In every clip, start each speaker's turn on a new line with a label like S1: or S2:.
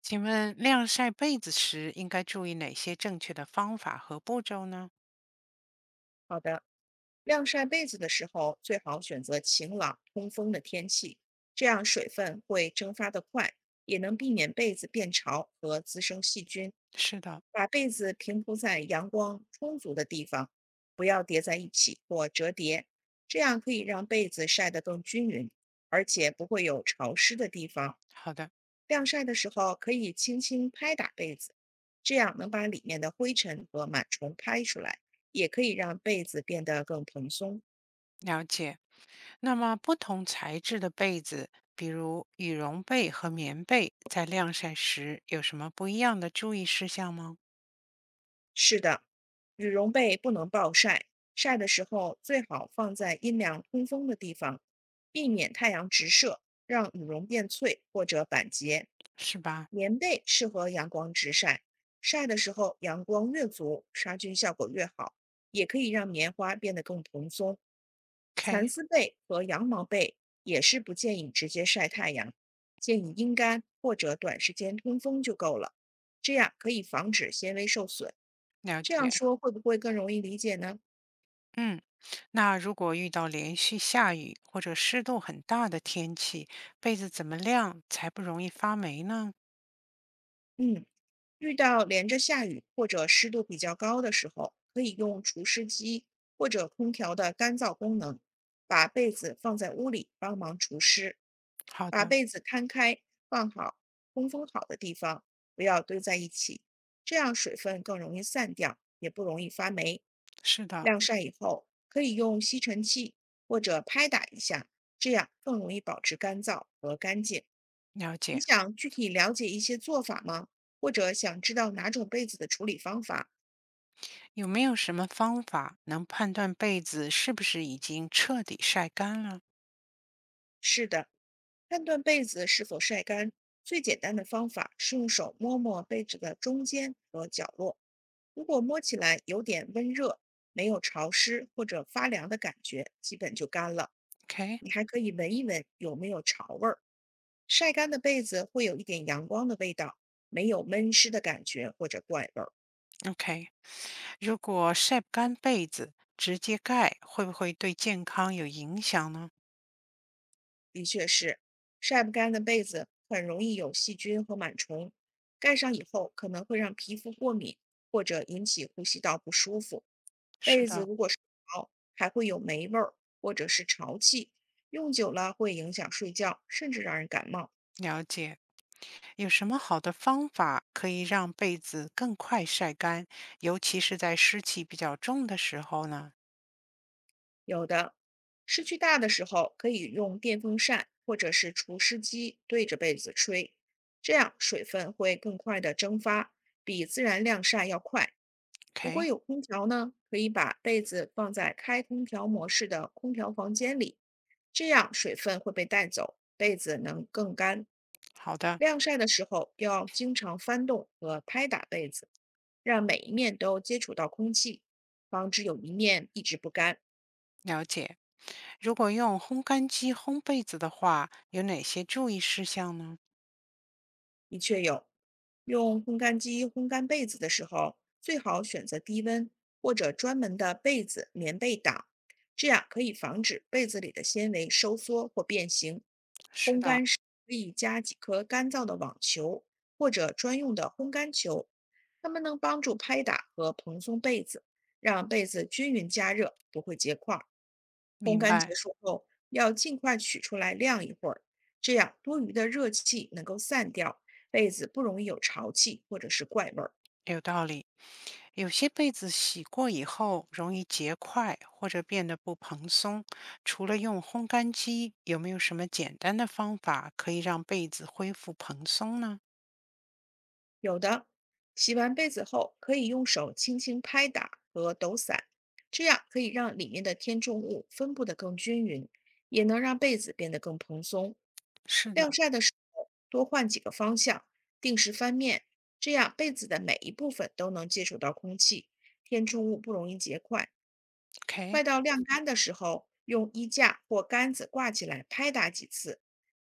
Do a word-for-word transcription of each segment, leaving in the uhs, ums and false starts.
S1: 请问晾晒被子时应该注意哪些正确的方法和步骤呢？
S2: 好的，晾晒被子的时候，最好选择晴朗、通风的天气，这样水分会蒸发得快，也能避免被子变潮和滋生细菌。
S1: 是的，
S2: 把被子平铺在阳光充足的地方，不要叠在一起或折叠，这样可以让被子晒得更均匀，而且不会有潮湿的地方。
S1: 好的，
S2: 晾晒的时候可以轻轻拍打被子，这样能把里面的灰尘和螨虫拍出来。也可以让被子变得更蓬松。
S1: 了解。那么不同材质的被子，比如羽绒被和棉被，在晾晒时有什么不一样的注意事项吗？
S2: 是的，羽绒被不能暴晒，晒的时候最好放在阴凉通风的地方，避免太阳直射，让羽绒变脆或者板结。
S1: 是吧
S2: 棉被适合阳光直晒，晒的时候阳光越足，杀菌效果越好，也可以让棉花变得更蓬松。
S1: ？OK，
S2: 蚕丝被和羊毛被也是不建议直接晒太阳，建议阴干或者短时间通风就够了，这样可以防止纤维受损。
S1: 了
S2: 这样
S1: 解。
S2: 说会不会更容易理解呢？
S1: 嗯，那如果遇到连续下雨或者湿度很大的天气，被子怎么晾才不容易发霉呢？
S2: 嗯，遇到连着下雨或者湿度比较高的时候，可以用除湿机或者空调的干燥功能，把被子放在屋里帮忙除湿，
S1: 好
S2: 把
S1: 的，
S2: 被子摊开放好，通风好的地方，不要堆在一起，这样水分更容易散掉，也不容易发霉。
S1: 是的，
S2: 晾晒以后，可以用吸尘器或者拍打一下，这样更容易保持干燥和干净。
S1: 了
S2: 你
S1: 解。
S2: 想具体了解一些做法吗？或者想知道哪种被子的处理方法？
S1: 有没有什么方法能判断被子是不是已经彻底晒干了
S2: 是的，判断被子是否晒干，最简单的方法是用手摸摸被子的中间和角落。如果摸起来有点温热，没有潮湿或者发凉的感觉，基本就干了。你还可以闻一闻有没有潮味儿。晒干的被子会有一点阳光的味道，没有闷湿的感觉或者怪味儿。
S1: ？OK，OK。如果晒不干被子，直接盖会不会对健康有影响呢？
S2: 的确是，晒不干的被子很容易有细菌和螨虫，盖上以后可能会让皮肤过敏或者引起呼吸道不舒服。
S1: 是
S2: 被子
S1: 的，
S2: 如果是潮，还会有霉味儿或者是潮气，用久了会影响睡觉，甚至让人感冒。
S1: 了解。有什么好的方法可以让被子更快晒干，尤其是在湿气比较重的时候呢
S2: 有的湿气大的时候，可以用电风扇或者是除湿机对着被子吹，这样水分会更快的蒸发，比自然晾晒要快。如果
S1: ？OK，
S2: 有空调呢，可以把被子放在开空调模式的空调房间里，这样水分会被带走，被子能更干。
S1: 好的，
S2: 晾晒的时候要经常翻动和拍打被子，让每一面都接触到空气，防止有一面一直不干。
S1: 了解。如果用烘干机烘被子的话，有哪些注意事项呢？
S2: 的确有，用烘干机烘干被子的时候，最好选择低温或者专门的被子棉被档，这样可以防止被子里的纤维收缩或变形。
S1: 是
S2: 烘
S1: 的，
S2: 干时可以加几颗干燥的网球或者专用的烘干球，它们能帮助拍打和蓬松被子，让被子均匀加热，不会结块儿。烘
S1: 明
S2: 干结
S1: 白，
S2: 束后，要尽快取出来晾一会儿，这样多余的热气能够散掉，被子不容易有潮气或者是怪味儿。
S1: 有道理。有些被子洗过以后容易结块或者变得不蓬松，除了用烘干机，有没有什么简单的方法可以让被子恢复蓬松呢？
S2: 有的，洗完被子后可以用手轻轻拍打和抖散，这样可以让里面的填充物分布的更均匀，也能让被子变得更蓬松。
S1: 是
S2: 晾
S1: 的，
S2: 晒的时候多换几个方向，定时翻面，这样被子的每一部分都能接触到空气，填充物不容易结块。
S1: ？OK，
S2: 快到晾干的时候，用衣架或杆子挂起来拍打几次，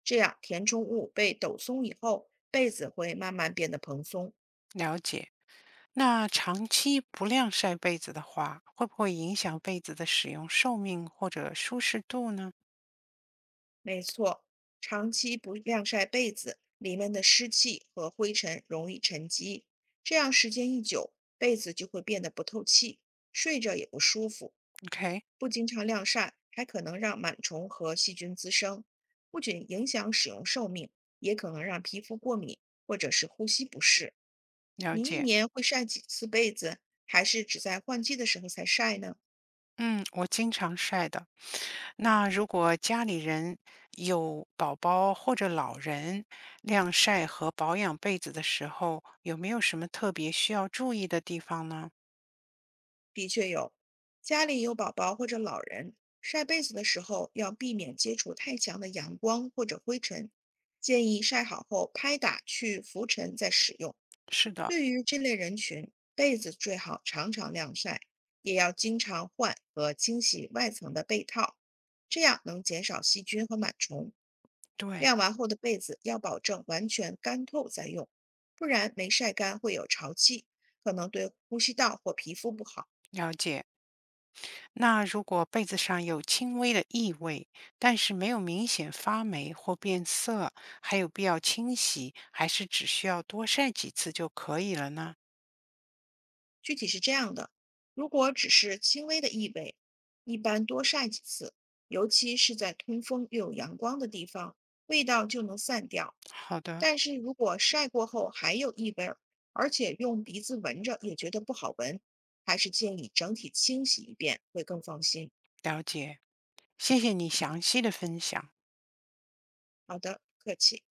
S2: 这样填充物被抖松以后，被子会慢慢变得蓬松。
S1: 了解。那长期不晾晒被子的话，会不会影响被子的使用寿命或者舒适度呢
S2: 没错，长期不晾晒被子，里面的湿气和灰尘容易沉积，这样时间一久，被子就会变得不透气，睡着也不舒服。
S1: ？OK，
S2: 不经常晾晒，还可能让螨虫和细菌滋生，不仅影响使用寿命，也可能让皮肤过敏或者是呼吸不适。
S1: 了
S2: 你一
S1: 解。
S2: 年会晒几次被子，还是只在换季的时候才晒呢？
S1: 嗯，我经常晒的，那如果家里人有宝宝或者老人，晾晒和保养被子的时候，有没有什么特别需要注意的地方呢？
S2: 的确有，家里有宝宝或者老人，晒被子的时候要避免接触太强的阳光或者灰尘，建议晒好后拍打去浮尘再使用。
S1: 是的，
S2: 对于这类人群，被子最好常常晾晒，也要经常换和清洗外层的被套，这样能减少细菌和螨虫。
S1: 对，
S2: 晾完后的被子要保证完全干透再用，不然没晒干会有潮气，可能对呼吸道或皮肤不好。
S1: 了解。那如果被子上有轻微的异味，但是没有明显发霉或变色，还有必要清洗，还是只需要多晒几次就可以了呢？
S2: 具体是这样的，如果只是轻微的异味，一般多晒几次，尤其是在通风又有阳光的地方，味道就能散掉。
S1: 好的，
S2: 但是如果晒过后还有异味儿，而且用鼻子闻着也觉得不好闻，还是建议整体清洗一遍会更放心。
S1: 了解。谢谢你详细的分享。
S2: 好的，不客气。